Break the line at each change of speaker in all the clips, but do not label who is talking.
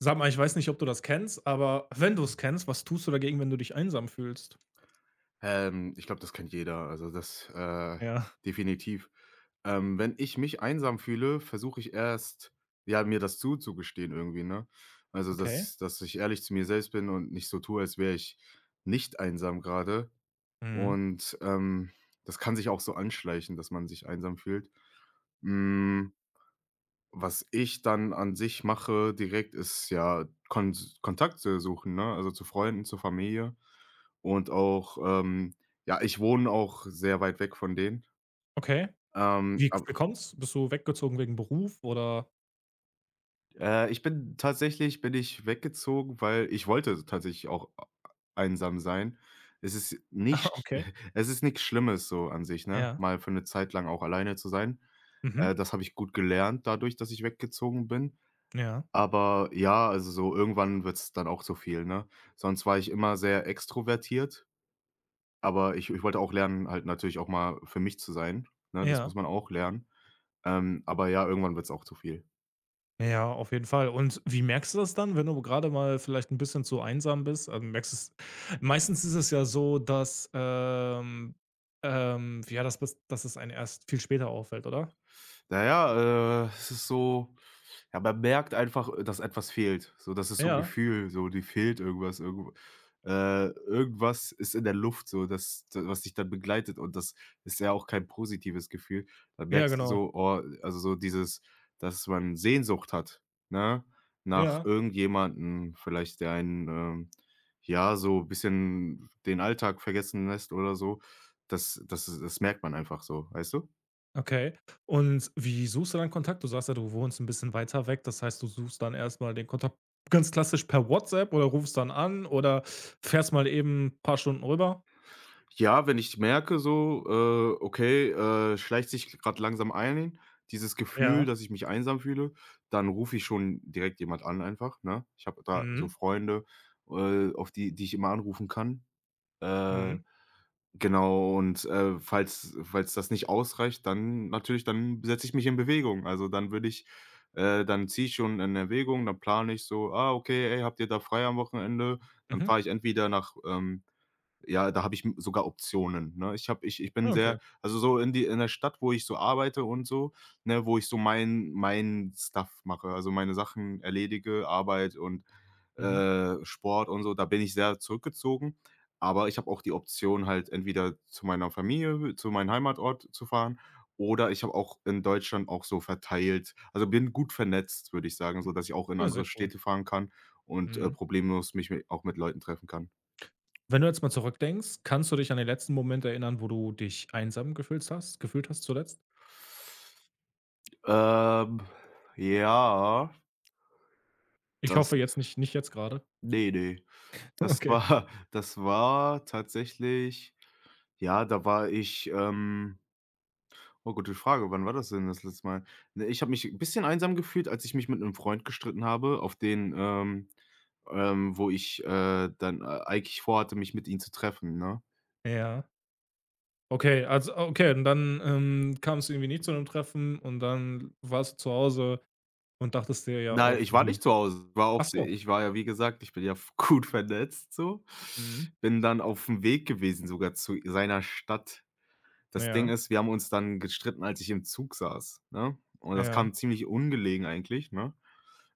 Sag mal, ich weiß nicht, ob du das kennst, aber wenn du es kennst, was tust du dagegen, wenn du dich einsam fühlst?
Ich glaube, das kennt jeder, also das,
Ja.
definitiv. Wenn ich mich einsam fühle, versuche ich erst, ja, mir das zuzugestehen irgendwie, ne? Also,
Okay.
dass ich ehrlich zu mir selbst bin und nicht so tue, als wäre ich nicht einsam gerade.
Mhm.
Und, das kann sich auch so anschleichen, dass man sich einsam fühlt. Hm Was ich dann an sich mache direkt, ist ja Kontakte suchen, ne? Also zu Freunden, zur Familie und auch, ähm ja, ich wohne auch sehr weit weg von denen.
Okay. Wie
Ab
wie kommt's? Bist du weggezogen wegen Beruf oder
ich bin tatsächlich bin ich weggezogen, weil ich wollte tatsächlich auch einsam sein. Es ist
ah,
nicht
okay.
es ist nichts Schlimmes so an sich, ne,
Ja.
mal für eine Zeit lang auch alleine zu sein.
Mhm.
Das habe ich gut gelernt dadurch, dass ich weggezogen bin.
Ja.
Aber ja, also so irgendwann wird's dann auch zu viel, ne? Sonst war ich immer sehr extrovertiert, aber ich wollte auch lernen, halt natürlich auch mal für mich zu sein, ne? Das
Ja.
muss man auch lernen. Aber ja, irgendwann wird's auch zu viel.
Ja, auf jeden Fall. Und wie merkst du das dann, wenn du gerade mal vielleicht ein bisschen zu einsam bist? Also, merkst du's meistens ist es ja so, dass, ja, dass es einen erst viel später auffällt, oder?
Na ja, es ist so ja, man merkt einfach, dass etwas fehlt. So, das ist so ein
Ja.
Gefühl, so dir fehlt irgendwas, irgendwas ist in der Luft so, das d was dich dann begleitet und das ist ja auch kein positives Gefühl. Dann
Ja,
merkst du
genau.
so, oh, also so dieses, dass man Sehnsucht hat, ne, nach
Ja.
irgendjemanden vielleicht, der einen, ja, so ein bisschen den Alltag vergessen lässt oder so. Das merkt man einfach so, weißt du?
Okay. Und wie suchst du dann Kontakt? Du sagst ja, du wohnst ein bisschen weiter weg. Das heißt, du suchst dann erst mal den Kontakt ganz klassisch per WhatsApp oder rufst dann an oder fährst mal eben ein paar Stunden rüber?
Ja, wenn ich merke so, okay, schleicht sich gerade langsam ein, dieses Gefühl,
Ja.
dass ich mich einsam fühle, dann rufe ich schon direkt jemand an einfach, ne? Ich habe da so
Mhm.
Freunde, auf die ich immer anrufen kann. Äh,
Mhm.
genau und, äh, falls das nicht ausreicht, dann natürlich dann setze ich mich in Bewegung. Also, dann ziehe ich schon in Erwägung, dann plane ich so: „Ah, okay, ey, habt ihr da frei am Wochenende?“ Dann
Mhm.
fahre ich entweder nach, ja, da habe ich m sogar Optionen, ne? Ich habe ich ich
Ah,
bin
okay.
sehr also, so in der Stadt, wo ich so arbeite und so, ne, wo ich so mein Stuff mache, also, meine Sachen erledige, Arbeit und,
Mhm.
Sport und so, da bin ich sehr zurückgezogen. Aber ich habe auch die Option halt entweder zu meiner Familie, zu meinem Heimatort zu fahren oder ich habe auch in Deutschland auch so verteilt, also bin gut vernetzt, würde ich sagen, so dass ich auch in
Ja, sehr
andere
cool.
Städte fahren kann und,
Mhm.
problemlos mich mi auch mit Leuten treffen kann.
Wenn du jetzt mal zurückdenkst, kannst du dich an den letzten Moment erinnern, wo du dich einsam gefühlt hast zuletzt?
Ähm, ja,
Ich
das
hoffe jetzt nicht, nicht jetzt gerade.
Nee, nee, das
Okay.
war das war tatsächlich ja, da war ich, oh, gute Frage, wann war das denn das letzte Mal? Ne, ich habe mich 'n bisschen einsam gefühlt, als ich mich mit 'nem Freund gestritten habe, auf den, wo ich, dann ei eigentlich vorhatte, mich mit ihm zu treffen, ne?
Ja. Okay, also okay, und dann, kam's irgendwie nicht zu einem Treffen und dann warst du zu Hause. Und dachtest dir ja
Nein,
auch
ich war
irgendwie.
nicht zu Hause. War
Ach
auf de
so.
Ich war, ja, wie gesagt, ich bin ja f gut vernetzt so.
Mhm.
Bin dann aufm Weg gewesen sogar zu seiner Stadt. Das Ding
Ja,
ist, wir haben uns dann gestritten, als ich im Zug saß, ne? Und das
ja.
kam ziemlich ungelegen eigentlich, ne?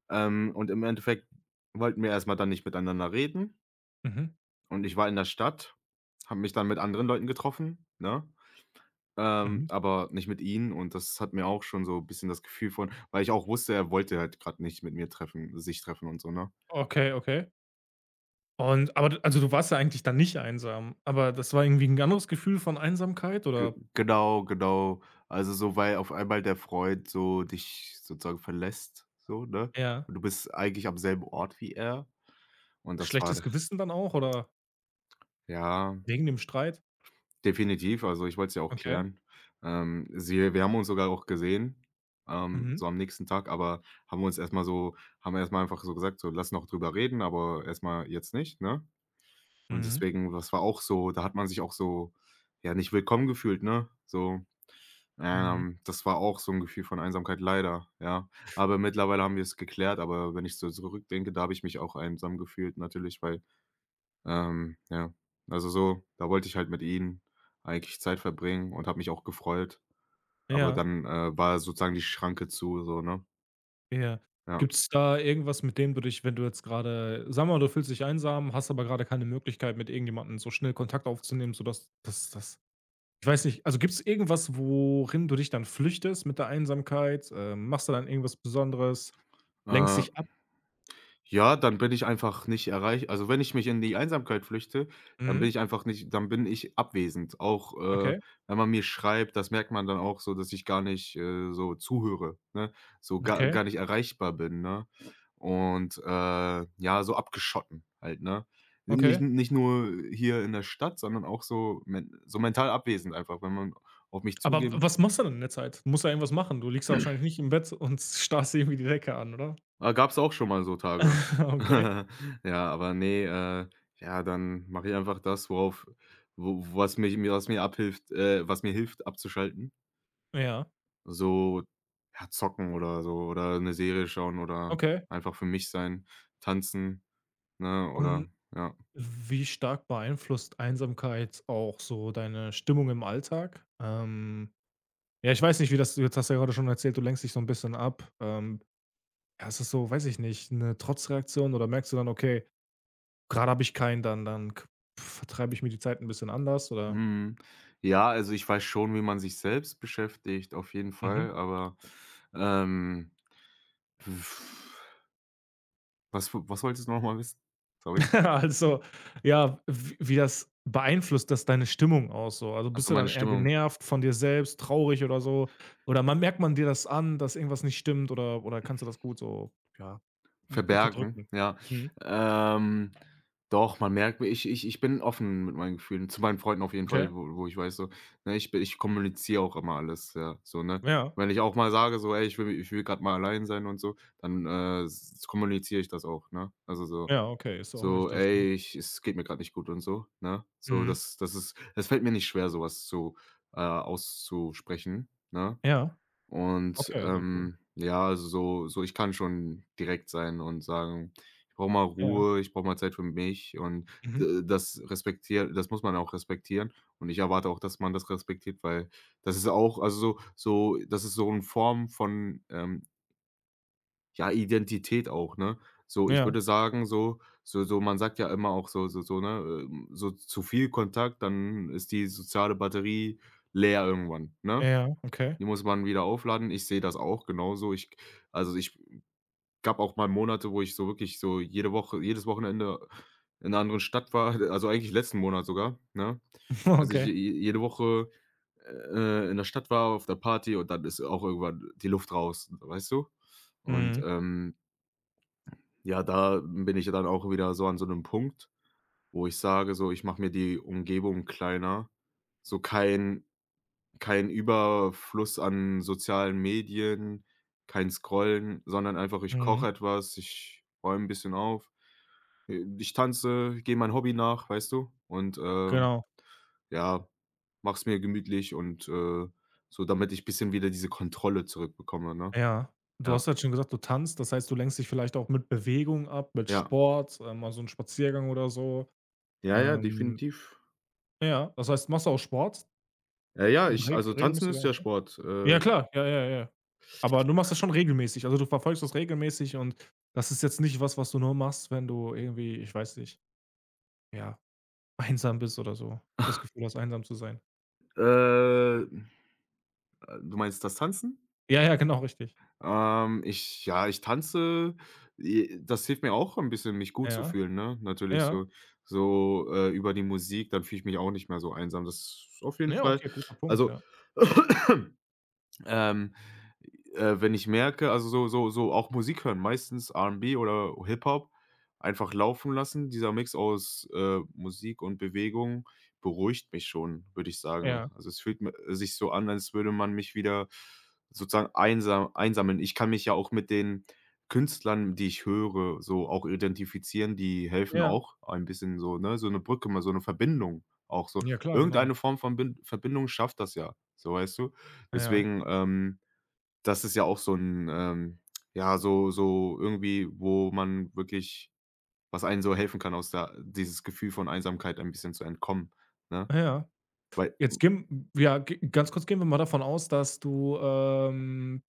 Und im Endeffekt wollten wir erst mal dann nicht miteinander reden
Mhm,
und ich war in der Stadt, habe mich dann mit anderen Leuten getroffen, ne?
mhm.
Aber nicht mit ihnen und das hat mir auch schon so ein bisschen das Gefühl von, weil ich auch wusste, er wollte halt gerade nicht mit mir treffen sich treffen und so, ne?
Okay, okay. Und aber d also, du warst ja eigentlich dann nicht einsam, aber das war irgendwie 'n anderes Gefühl von Einsamkeit
Ge
oder
Genau, genau. Also, so, weil auf einmal der Freund so dich sozusagen verlässt, so, ne?
ja,
Und du bist eigentlich am selben Ort wie er. Und das
schlechtes
war
Gewissen dann auch, oder
ja,
wegen dem Streit?
definitiv. Also, ich wollte es ja auch
Okay.
klären. Sie Wir haben uns sogar auch gesehen,
Mhm,
so am nächsten Tag, aber haben uns erst mal so haben erst mal einfach so gesagt: „So, lass noch drüber reden, aber erst mal jetzt nicht“, ne? Und
mhm,
deswegen, das war auch so, da hat man sich auch so, ja, nicht willkommen gefühlt, ne? So,
mhm.
das war auch so ein Gefühl von Einsamkeit, leider, ja. Aber mittlerweile haben wir es geklärt, aber wenn ich so zurückdenke, da habe ich mich auch einsam gefühlt natürlich, weil ja, also so, da wollte ich halt mit ihnen eigentlich Zeit verbringen und habe mich auch gefreut, aber
Ja,
dann, war sozusagen die Schranke zu so, ne?
ja.
Ja.
Gibt's da irgendwas, mit dem du dich, wenn du jetzt grade, sagen wir mal, du fühlst dich einsam, hast aber grade keine Möglichkeit, mit irgendjemandem so schnell Kontakt aufzunehmen, sodass dass das ich weiß nicht, also gibt es irgendwas, worin du dich dann flüchtest mit der Einsamkeit? Machst du dann irgendwas Besonderes? Lenkst
Äh
dich ab?
Ja, Dann bin ich einfach nicht erreich also, wenn ich mich in die Einsamkeit flüchte,
Mhm.
dann bin ich abwesend. Auch,
Okay,
wenn man mir schreibt, das merkt man dann auch so, dass ich gar nicht, so zuhöre, ne? So
okay,
gar nicht erreichbar bin, ne? Und, ja, so abgeschotten halt, ne? Nicht
okay.
nicht nur hier in der Stadt, sondern auch so men so mental abwesend einfach, wenn man auf mich
Aber w
zugeht.
was machst du denn in der Zeit? Du musst ja irgendwas machen. Du liegst ja wahrscheinlich nicht im Bett und starrst irgendwie die Decke an, oder?
Ah, gab's auch schon mal so Tage.
Okay,
Ja, aber nee, ja, dann mache ich einfach das, worauf wo was mich mir was mir abhilft, was mir hilft abzuschalten.
ja,
So, ja, zocken oder so oder eine Serie schauen oder
okay.
einfach für mich sein, tanzen, ne,
Und
oder ja.
wie stark beeinflusst Einsamkeit auch so deine Stimmung im Alltag? Ja, ich weiß nicht, wie das jetzt, hast du ja gerade schon erzählt, du lenkst dich so ein bisschen ab. Ja, es ist so, weiß ich nicht, eine Trotzreaktion oder merkst du dann: „Okay, gerade habe ich keinen, dann dann k vertreibe ich mir die Zeit ein bisschen anders", oder?
Mhm. Ja, also, ich weiß schon, wie man sich selbst beschäftigt, auf jeden Fall,
Mhm.
aber, ähm, pf, was wolltest du nochmal wissen? Sorry.
Also, ja, w wie das beeinflusst das deine Stimmung auch so? Also,
Ach
bist
so,
du
meine
dann eher
Stimmung.
genervt von dir selbst, traurig oder so? Oder man merkt man dir das an, dass irgendwas nicht stimmt, oder kannst du das gut so, ja,
Verbergen,
unterdrücken?
ja.
Mhm.
Ähm, doch, man merkt mir ich bin offen mit meinen Gefühlen, zu meinen Freunden auf jeden
Okay.
Fall, wo ich weiß so, ne, ich kommuniziere auch immer alles, ja, so, ne?
Ja.
Wenn ich auch mal sage so: „Ey, ich will gerade mal allein sein“ und so, dann, s kommuniziere ich das auch, ne? Also so
Ja, okay, ist auch
so:
wichtig, ne?
„Ey, ich es geht mir gerade nicht gut“ und so, ne? So,
Mhm.
das das ist das fällt mir nicht schwer, sowas zu auszusprechen, ne?
Ja.
Und,
Okay, sehr cool.
ja, also so so ich kann schon direkt sein und sagen: „Ich brauche mal
Ja.
Ruhe, ich brauche mal Zeit für mich.“ Und,
Mhm.
das muss man auch respektieren. Und ich erwarte auch, dass man das respektiert, weil das ist auch, also so so das ist so eine Form von, ja, Identität auch, ne? So, ich
Ja.
würde sagen, so so so man sagt ja immer auch so so so, ne, so zu viel Kontakt, dann ist die soziale Batterie leer irgendwann, ne?
Ja, okay.
Die muss man wieder aufladen. Ich sehe das auch genauso. Ich also, ich Gab auch mal Monate, wo ich so wirklich so jedes Wochenende in 'ner anderen Stadt war, also, eigentlich letzten Monat sogar, ne? Also, ich
Okay.
je jede Woche, in der Stadt war, auf der Party und dann ist auch irgendwann die Luft raus, weißt du? Und,
Mhm.
ja, da bin ich ja dann auch wieder so an so einem Punkt, wo ich sage so, ich mache mir die Umgebung kleiner, so kein Überfluss an sozialen Medien, kein Scrollen, sondern einfach, ich
Mhm,
koche etwas, ich räume 'n bisschen auf, ich tanze, gehe meinem Hobby nach, weißt du? Und,
genau,
ja, mache es mir gemütlich und, so, damit ich bisschen wieder diese Kontrolle zurückbekomme, ne?
ja. Du
Ja,
hast halt schon gesagt, du tanzt, das heißt, du lenkst dich vielleicht auch mit Bewegung ab, mit
ja.
Sport, mal so 'n Spaziergang oder so.
Ja, ja,
Ähm,
definitiv.
ja, das heißt, machst du auch Sport?
Ja, ja, ich, also Tanzen
Regelmäßiger,
ist ja
okay.
Sport.
Ja klar, ja, ja, ja. Aber du machst das schon regelmäßig, also, du verfolgst das regelmäßig und das ist jetzt nicht was, was du nur machst, wenn du irgendwie, ich weiß nicht, ja, einsam bist oder so, das Gefühl hast, einsam zu sein.
Äh, du meinst das Tanzen?
Ja, ja, genau, richtig.
Ich ja, ich tanze, i das hilft mir auch ein bisschen, mich gut zu
Ja,
fühlen, ne? Natürlich
ja.
so so, über die Musik, dann fühle ich mich auch nicht mehr so einsam. Das ist auf jeden
Ja,
Fall,
okay, guter Punkt,
also
ja.
Ähm, wenn ich merke, also so so so auch Musik hören, meistens R&B oder Hip-Hop einfach laufen lassen. Dieser Mix aus, Musik und Bewegung beruhigt mich schon, würde ich sagen.
Ja,
Also, es fühlt mi sich so an, als würde man mich wieder sozusagen einsammeln. Ich kann mich ja auch mit den Künstlern, die ich höre, so auch identifizieren, die helfen
ja.
auch ein bisschen so, ne, so eine Brücke, mal so eine Verbindung auch so.
Ja klar, genau.
Irgendeine Form von Bin Verbindung schafft das ja, so, weißt du?
Ja,
Deswegen, das ist ja auch so ein, ja, so so irgendwie, wo man wirklich was einen so helfen kann, aus der dieses Gefühl von Einsamkeit ein bisschen zu entkommen, ne?
ja.
Weil
Jetzt gehen ja, g ganz kurz gehen wir mal davon aus, dass du,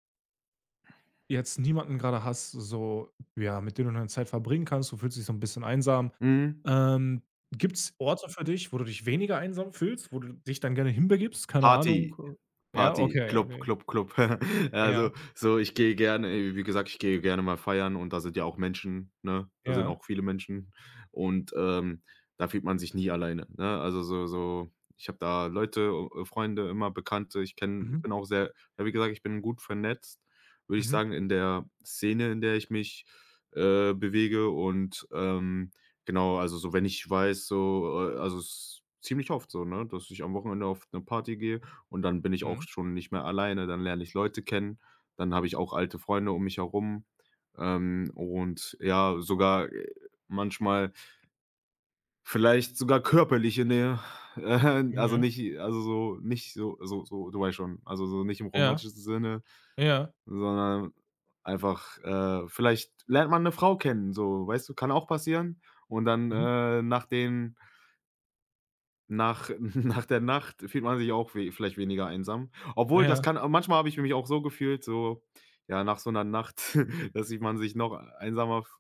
jetzt niemanden gerade hast, so, ja, mit dem du deine Zeit verbringen kannst. Du fühlst dich so ein bisschen einsam.
mhm.
Ähm, gibt's Orte für dich, wo du dich weniger einsam fühlst, wo du dich dann gerne hinbegibst? Keine
Party,
Ahnung. Ja,
Party,
okay,
Club,
okay.
Club, Club. Also,
Ja,
so, ich gehe gerne wie gesagt, ich gehe gerne mal feiern und da sind ja auch Menschen, ne? Da sind
ja.
auch viele Menschen und, da fühlt man sich nie alleine, ne? Also, so so ich habe da Leute, Freunde, immer Bekannte. Ich kenne
Mhm,
bin auch sehr ja, wie gesagt, ich bin gut vernetzt, würde ich
mhm,
sagen, in der Szene, in der ich mich, bewege und. Genau, also so, wenn ich weiß, so, also es ziemlich oft so, ne, dass ich am Wochenende auf 'ne Party gehe und dann bin ich auch
mhm.
schon nicht mehr alleine, dann lerne ich Leute kennen, dann habe ich auch alte Freunde um mich herum, und ja, sogar, manchmal vielleicht sogar körperliche Nähe. Also
Ja,
nicht also so nicht so du weißt schon, also so nicht im
ja,
romantischen Sinne,
ja.
sondern einfach, vielleicht lernt man 'ne Frau kennen, so, weißt du, kann auch passieren und dann,
Mhm.
nach den Nach nach der Nacht fühlt man sich auch we vielleicht weniger einsam. Obwohl, das
Ja.
kann manchmal habe ich mich auch so gefühlt, so, ja, nach so einer Nacht, dass sich man sich noch einsamer f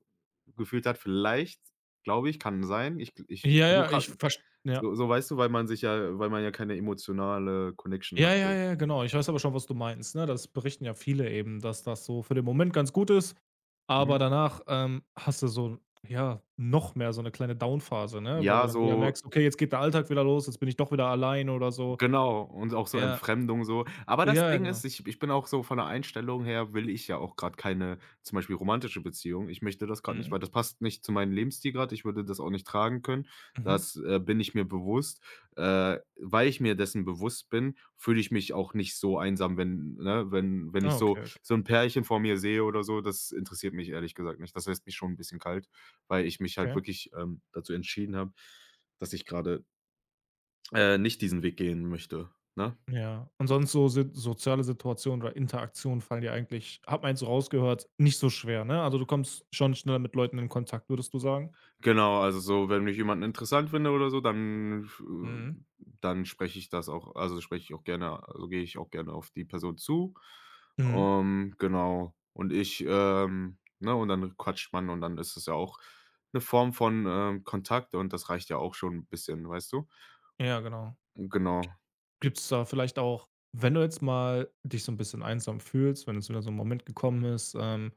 gefühlt hat. Vielleicht, glaube ich, kann sein. Ich
Ja, ja,
versuche grad
ich verstehe. Ja.
so, weißt du, weil man ja keine emotionale Connection
Ja,
hat
ja,
so.
ja, genau. Ich weiß aber schon, was du meinst, ne? Das berichten ja viele eben, dass das so für den Moment ganz gut ist,
Mhm.
aber danach, hast du so, ja, noch mehr so eine kleine Downphase, ne? Weil du
Ja,
dann wieder
so.
merkst: „Okay, jetzt geht der Alltag wieder los, jetzt bin ich doch wieder allein" oder so.
Genau, und auch so
Ja,
Entfremdung so. Aber das
ja, ja,
Ding
genau.
ist, ich bin auch so von der Einstellung her will ich ja auch gerade keine zum Beispiel romantische Beziehung. Ich möchte das gerade nicht,
Mhm,
weil das passt nicht zu meinem Lebensstil gerade. Ich würde das auch nicht tragen können.
mhm.
Das, bin ich mir bewusst. Weil ich mir dessen bewusst bin, fühle ich mich auch nicht so einsam, wenn ne, wenn
Ah,
ich
okay,
so so ein Pärchen vor mir sehe oder so, das interessiert mich ehrlich gesagt nicht. Das lässt mich schon ein bisschen kalt, weil ich mich halt
okay.
wirklich, dazu entschieden habe, dass ich gerade nicht diesen Weg gehen möchte, ne?
Ja. Und
Und
sonst
das
so si soziale Situationen oder Interaktionen fallen dir eigentlich, habe man jetzt so rausgehört, nicht so schwer, ne? Also, du kommst schon schneller mit Leuten in Kontakt, würdest du sagen?
genau, also so, wenn ich jemanden interessant finde oder so,
Mhm.
dann spreche ich das auch also, spreche ich auch gerne also, gehe ich auch gerne auf die Person zu.
Mhm.
Genau. Und ich, ne, und dann quatscht man und dann ist es ja auch eine Form von, Kontakt und das reicht ja auch schon ein bisschen, weißt du?
Ja, genau.
Genau.
Gibt es da vielleicht auch, wenn du jetzt mal dich so ein bisschen einsam fühlst, wenn es wieder so ein Moment gekommen ist,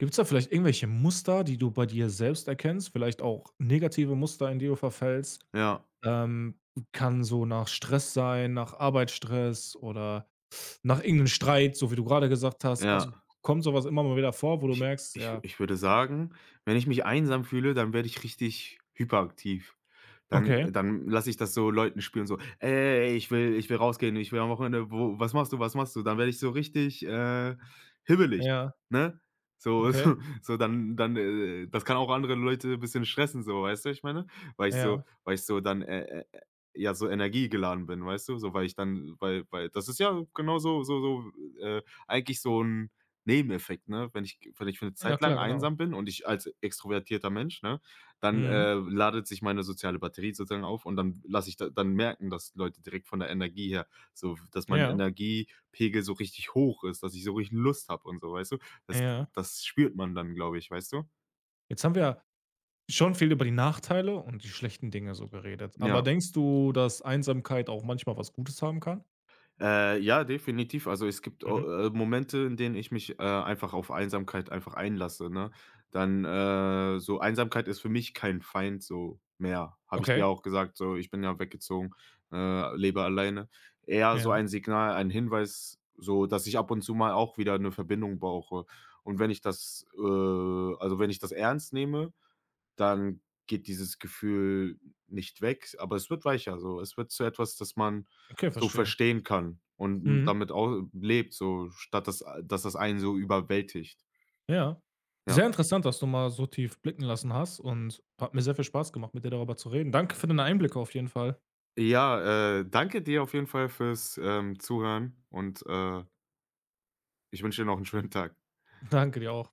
gibt es da vielleicht irgendwelche Muster, die du bei dir selbst erkennst, vielleicht auch negative Muster, in die du verfällst?
Ja,
Ähm, kann so nach Stress sein, nach Arbeitsstress oder nach irgendeinem Streit, so wie du gerade gesagt hast.
ja.
Also, kommt sowas immer mal wieder vor, wo du
Ich
merkst,
ich
ja,
ich würde sagen, wenn ich mich einsam fühle, dann werde ich richtig hyperaktiv. Dann
okay,
dann lasse ich das so Leuten spielen, so: „Ey, ich will rausgehen, ich will am Wochenende wo was machst du, was machst du?“ Dann werde ich so richtig, hibbelig,
ja,
ne? So
okay,
so dann dann, das kann auch andere Leute ein bisschen stressen so, weißt du, ich meine?
ja.
Weil ich so dann, ja, so energiegeladen bin, weißt du? So, weil ich dann weil das ist ja genau so, äh, eigentlich so ein Nebeneffekt, ne? Wenn ich für eine
Ja,
Zeit
klar,
lang
genau.
einsam bin und ich als extrovertierter Mensch, ne, dann,
Mhm.
ladet sich meine soziale Batterie sozusagen auf und dann lasse ich da dann merken, dass Leute direkt von der Energie her so dass mein
Ja,
Energiepegel so richtig hoch ist, dass ich so richtig Lust habe und so, weißt du? Das
ja.
das spürt man dann, glaube ich, weißt du?
Jetzt haben wir schon viel über die Nachteile und die schlechten Dinge so geredet. Aber
Ja.
denkst du, dass Einsamkeit auch manchmal was Gutes haben kann?
Ja, definitiv. Also, es gibt
Mhm.
o Momente, in denen ich mich, einfach auf Einsamkeit einfach einlasse, ne? Dann, so Einsamkeit ist für mich kein Feind so mehr, habe ich dir
Okay.
auch gesagt, so. Ich bin ja weggezogen, lebe alleine. Eher
Ja.
so ein Signal, ein Hinweis, so, dass ich ab und zu mal auch wieder eine Verbindung brauche. Und wenn ich das, also, wenn ich das ernst nehme, dann geht dieses Gefühl nicht weg, aber es wird weicher so. Es wird zu etwas, das man
Okay,
so
verstehe.
verstehen kann und
Mhm.
damit auch lebt, so statt dass das einen so überwältigt.
Ja.
Ja.
Sehr interessant, dass du mal so tief blicken lassen hast und hat mir sehr viel Spaß gemacht, mit dir darüber zu reden. Danke für deine Einblicke auf jeden Fall.
Ja, Danke dir auf jeden Fall fürs, Zuhören und ich wünsche dir noch einen schönen Tag.
Danke dir auch.